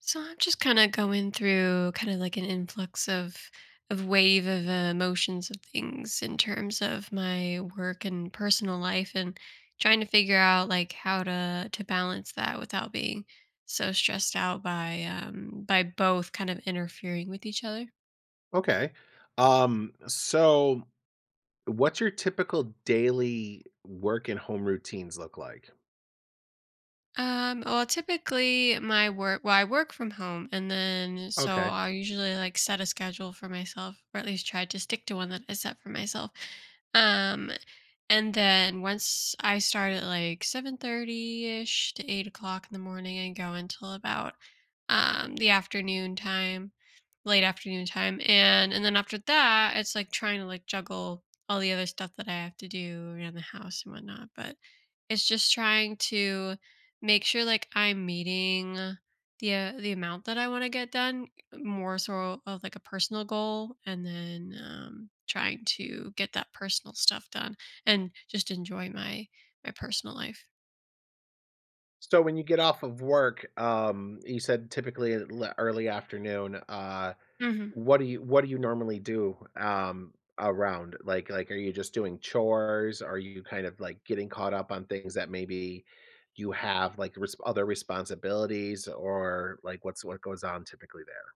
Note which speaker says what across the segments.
Speaker 1: So I'm just kind of going through kind of like an influx of wave of emotions of things in terms of my work and personal life and trying to figure out like how to balance that without being so stressed out by both kind of interfering with each other.
Speaker 2: Okay. So what's your typical daily work and home routines look like?
Speaker 1: Well, typically my work, well, I work from home, and then so
Speaker 2: Okay.
Speaker 1: I usually like set a schedule for myself, or at least try to stick to one that I set for myself. Um And then once I start at like 7:30-ish to 8 o'clock in the morning and go until about the afternoon time, late afternoon time. And then after that, it's like trying to like juggle all the other stuff that I have to do around the house and whatnot. But it's just trying to make sure like I'm meeting the amount that I want to get done, more so of like a personal goal, and then trying to get that personal stuff done and just enjoy my my personal life.
Speaker 2: So when you get off of work, you said typically early afternoon,
Speaker 1: Mhm.
Speaker 2: what do you normally do around? Like are you just doing chores? Are you kind of like getting caught up on things that maybe you have other responsibilities or like what goes on typically there?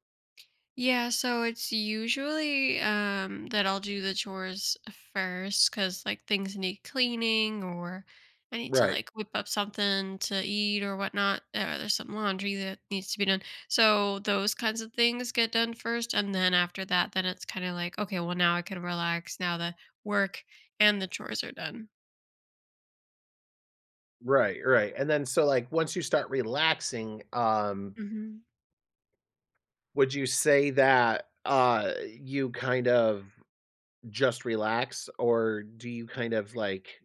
Speaker 1: Yeah, so it's usually that I'll do the chores first, cuz like things need cleaning, or I need to
Speaker 2: Right.
Speaker 1: like whip up something to eat or whatnot. Or there's some laundry that needs to be done. So those kinds of things get done first, and then after that, then it's kind of like, okay, well, now I can relax now that work and the chores are done.
Speaker 2: Right, right, and then so, like, once you start relaxing,
Speaker 1: Mhm.
Speaker 2: would you say that, you kind of just relax, or do you kind of, like,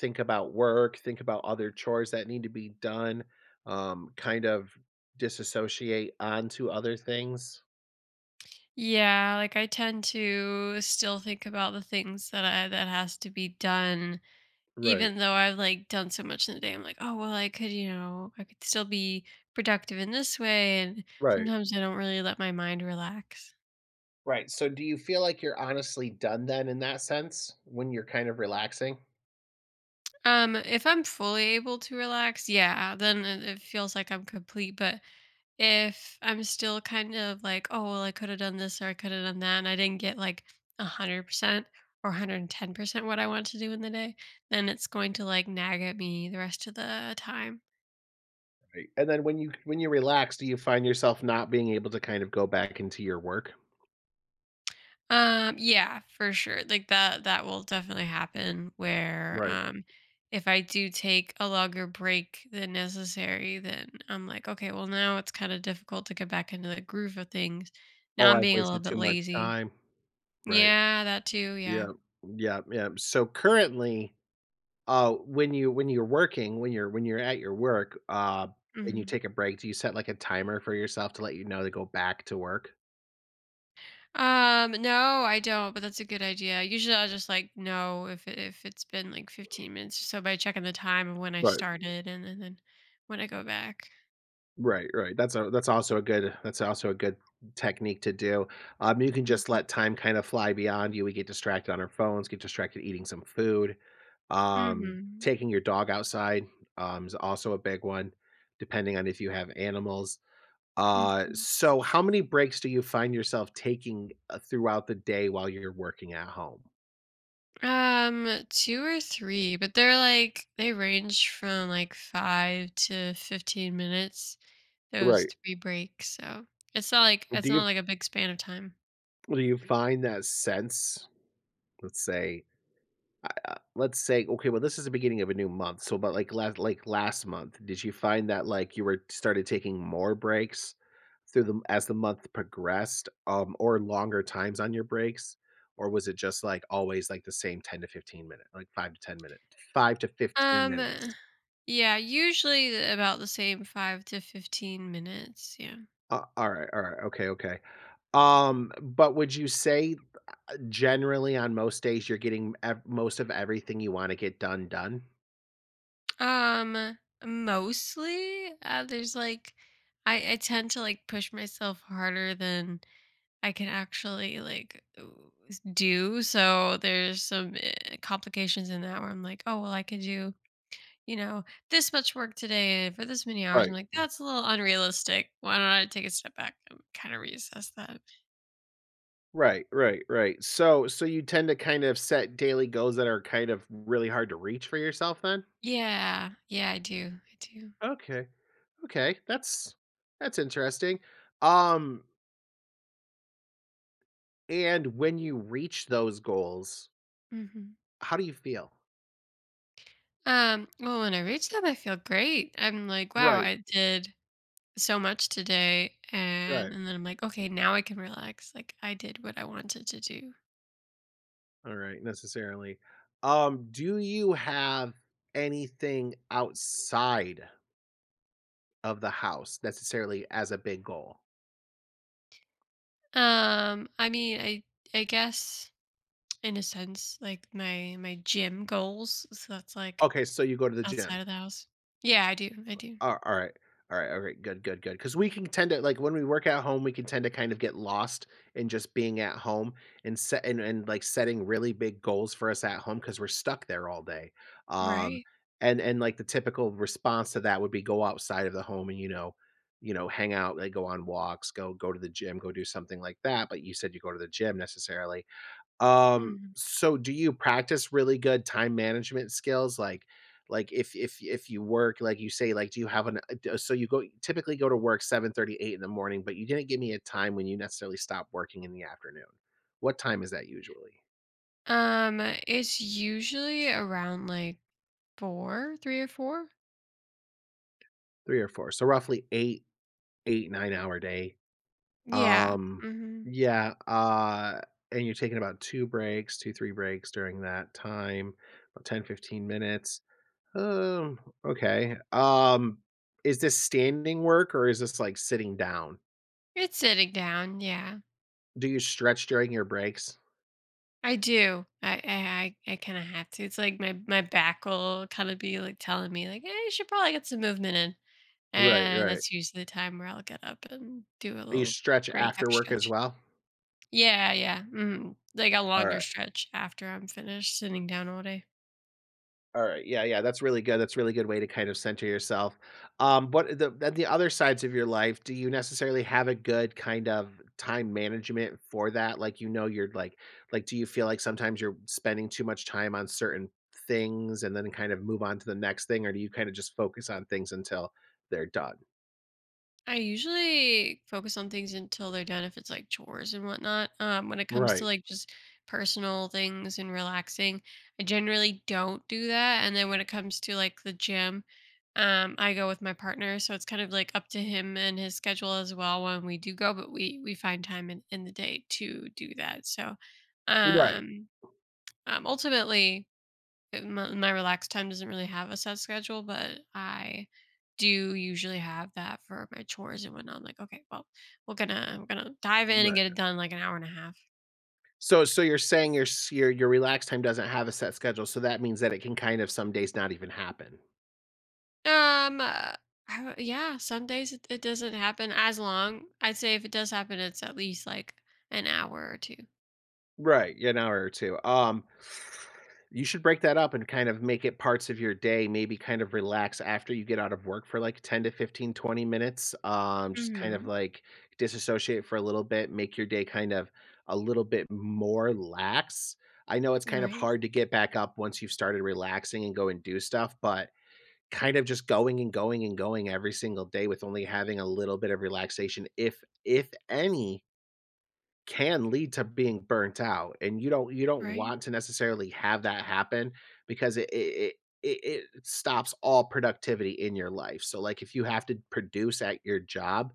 Speaker 2: think about work, think about other chores that need to be done, kind of disassociate onto other things?
Speaker 1: Yeah, like I tend to still think about the things that I that has to be done.
Speaker 2: Right,
Speaker 1: Even though I've like done so much in the day, I'm like, oh well, I could, you know, I could still be productive in this way. And
Speaker 2: right.
Speaker 1: sometimes I don't really let my mind relax.
Speaker 2: Right, so do you feel like you're honestly done then in that sense when you're kind of relaxing?
Speaker 1: If I'm fully able to relax, yeah, then it feels like I'm complete. But if I'm still kind of like, oh well, I could have done this or I could have done that, and I didn't get like 100% or 110% what I want to do in the day, then it's going to like nag at me the rest of the time.
Speaker 2: Right. And then when you relax, do you find yourself not being able to kind of go back into your work?
Speaker 1: Yeah, for sure. Like that will definitely happen where
Speaker 2: Right.
Speaker 1: if I do take a longer break than necessary, then I'm like, okay, well, now it's kind of difficult to get back into the groove of things. Now
Speaker 2: Or
Speaker 1: I'm
Speaker 2: I've
Speaker 1: being a little
Speaker 2: wasted too
Speaker 1: bit
Speaker 2: much
Speaker 1: lazy.
Speaker 2: time. Right.
Speaker 1: Yeah, that too, yeah.
Speaker 2: Yeah. Yeah. Yeah. So currently, when you're working, when you're at your work, and you
Speaker 1: Mhm.
Speaker 2: take a break, do you set like a timer for yourself to let you know to go back to work?
Speaker 1: No, I don't, but that's a good idea. Usually I'll just like know if if it's been like 15 minutes or so by checking the time of when I
Speaker 2: Right.
Speaker 1: started, and then when I go back.
Speaker 2: Right, right. That's also a good, technique to do. You can just
Speaker 1: Mhm.
Speaker 2: let time kind of fly beyond you. We get distracted on our phones, get distracted eating some food.
Speaker 1: Mhm.
Speaker 2: Taking your dog outside is also a big one, depending on if you have animals. Uh,
Speaker 1: Mhm.
Speaker 2: so, how many breaks do you find yourself taking throughout the day while you're working at home?
Speaker 1: Two or three, but they're like they range from like five to 15 minutes, those
Speaker 2: Right.
Speaker 1: three breaks. So
Speaker 2: Do
Speaker 1: it's not
Speaker 2: you
Speaker 1: like a big span of time.
Speaker 2: do you find that sense? Let's say okay, well, this is the beginning of a new month, so about, like, last, last month, did you find that, like, you were started taking more breaks through the as the month progressed, or longer times on your breaks? Or was it just, like, always, like, the same 10 to 15 minute, like, 5 to 10 minute, 5 to 15
Speaker 1: Um,
Speaker 2: minutes?
Speaker 1: yeah, usually about the same five to 15 minutes. Yeah.
Speaker 2: Alright, alright, okay, okay. But would you say generally on most days you're getting ev most of everything you wanna get done, done?
Speaker 1: Um, mostly, there's like I tend to like push myself harder than I can actually like do. So there's some complications in that where I'm like, oh well, I could do, you know, this much work today and for this many hours. I'm
Speaker 2: Right.
Speaker 1: like, that's a little unrealistic. Why don't I take a step back and kind of reassess that?
Speaker 2: Right, right, right. So you tend to kind of set daily goals that are kind of really hard to reach for yourself then?
Speaker 1: Yeah, yeah, I do, I do.
Speaker 2: Okay. Okay, that's interesting. Um and when you reach those goals,
Speaker 1: Hmm.
Speaker 2: how do you feel?
Speaker 1: Well, when I reach them, I feel great. I'm like, wow,
Speaker 2: Right,
Speaker 1: I did so much today,
Speaker 2: right.
Speaker 1: and then I'm like, okay, now I can relax. Like I did what I wanted to do.
Speaker 2: All right, necessarily. Do you have anything outside of the house necessarily as a big goal?
Speaker 1: I mean, I guess in a sense, like my gym goals. So that's like
Speaker 2: Okay, so you go to the gym.
Speaker 1: outside of the house. Yeah, I do. I do.
Speaker 2: Oh, alright. Alright, alright, good, good, good. Because we can tend to like, when we work at home, we can tend to kind of get lost in just being at home, and like, setting really big goals for us at home because 'cause we're stuck there all day. Um,
Speaker 1: Right.
Speaker 2: and like, the typical response to that would be go outside of the home and, hang out, like, go on walks, go to the gym, go do something like that, but you said you go to the gym necessarily.
Speaker 1: Mhm.
Speaker 2: So do you practice really good time management skills? Like, if you work, like you say, like do you have an d- so you go typically go to work 7:38 in the morning, but you didn't give me a time when you necessarily stop working in the afternoon. What time is that usually?
Speaker 1: Um, it's usually around like four, three or four.
Speaker 2: 3 or 4. So roughly 8 9 hour day.
Speaker 1: Yeah.
Speaker 2: Um
Speaker 1: Hmm.
Speaker 2: yeah, and you're taking about 2 breaks, 2 3 breaks during that time, about 10-15 minutes. Um, okay. Is this standing work or is this like sitting down?
Speaker 1: It's sitting down. Yeah,
Speaker 2: Do you stretch during your breaks?
Speaker 1: I do. I kind of have to. It's like my back will kind of be like telling me like, hey, you should probably get some movement in.
Speaker 2: Right,
Speaker 1: And
Speaker 2: right.
Speaker 1: that's usually the time where I'll get up and do a
Speaker 2: Do you
Speaker 1: little
Speaker 2: stretch
Speaker 1: break
Speaker 2: after
Speaker 1: half
Speaker 2: work as
Speaker 1: stretch.
Speaker 2: well?
Speaker 1: Yeah, yeah, mhm, like a
Speaker 2: All
Speaker 1: longer
Speaker 2: right.
Speaker 1: stretch after I'm finished sitting down all day.
Speaker 2: All right. Yeah, yeah, that's really good. That's a really good way to kind of center yourself. What the At the other sides of your life, do you necessarily have a good kind of time management for that? Like you know you're like Do you feel like sometimes you're spending too much time on certain things and then kind of move on to the next thing, or do you kind of just focus on things until they're done?
Speaker 1: I usually focus on things until they're done if it's like chores and whatnot. When it comes to
Speaker 2: Right.
Speaker 1: like just personal things and relaxing, I generally don't do that. And then when it comes to like the gym, I go with my partner. So it's kind of like up to him and his schedule as well when we do go, but we find time in the day to do that. So
Speaker 2: Right.
Speaker 1: um ultimately my, my relaxed time doesn't really have a set schedule, but I do usually have that for my chores and whatnot. I'm like, okay, well, we're gonna dive in and
Speaker 2: Right.
Speaker 1: get it done like an hour and a half.
Speaker 2: So you're saying your relaxed time doesn't have a set schedule, so that means that it can kind of some days not even happen.
Speaker 1: Um, uh, yeah, some days it doesn't happen as long. I'd say if it does happen, it's at least like an hour or two.
Speaker 2: Right, yeah, an hour or 2. You should break that up and kind of make it parts of your day, maybe kind of relax after you get out of work for, like, 10 to 15, 20 minutes, just kind of,
Speaker 1: Mm-hmm.
Speaker 2: like, disassociate for a little bit, make your day kind of a little bit more lax. I know it's kind of
Speaker 1: Right.
Speaker 2: hard to get back up once you've started relaxing and go and do stuff, but kind of just going and going and going every single day with only having a little bit of relaxation, if any, can lead to being burnt out, and you don't
Speaker 1: Right.
Speaker 2: want to necessarily have that happen because it stops all productivity in your life. So like if you have to produce at your job,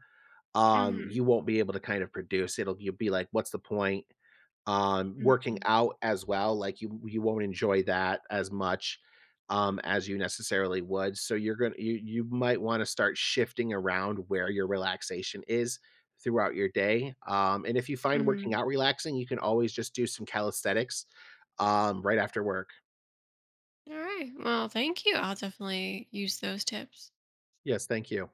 Speaker 1: Mm-hmm.
Speaker 2: you won't be able to kind of produce. It'll you'll be like, what's the point? On working
Speaker 1: Mm-hmm.
Speaker 2: out as well, like, you won't enjoy that as much, as you necessarily would, so you're gonna you you might wanna start shifting around where your relaxation is throughout your day, and if you find working
Speaker 1: Mm-hmm.
Speaker 2: out relaxing, you can always just do some calisthenics, right after work.
Speaker 1: All right. Well, thank you. I'll definitely use those tips.
Speaker 2: Yes, thank you.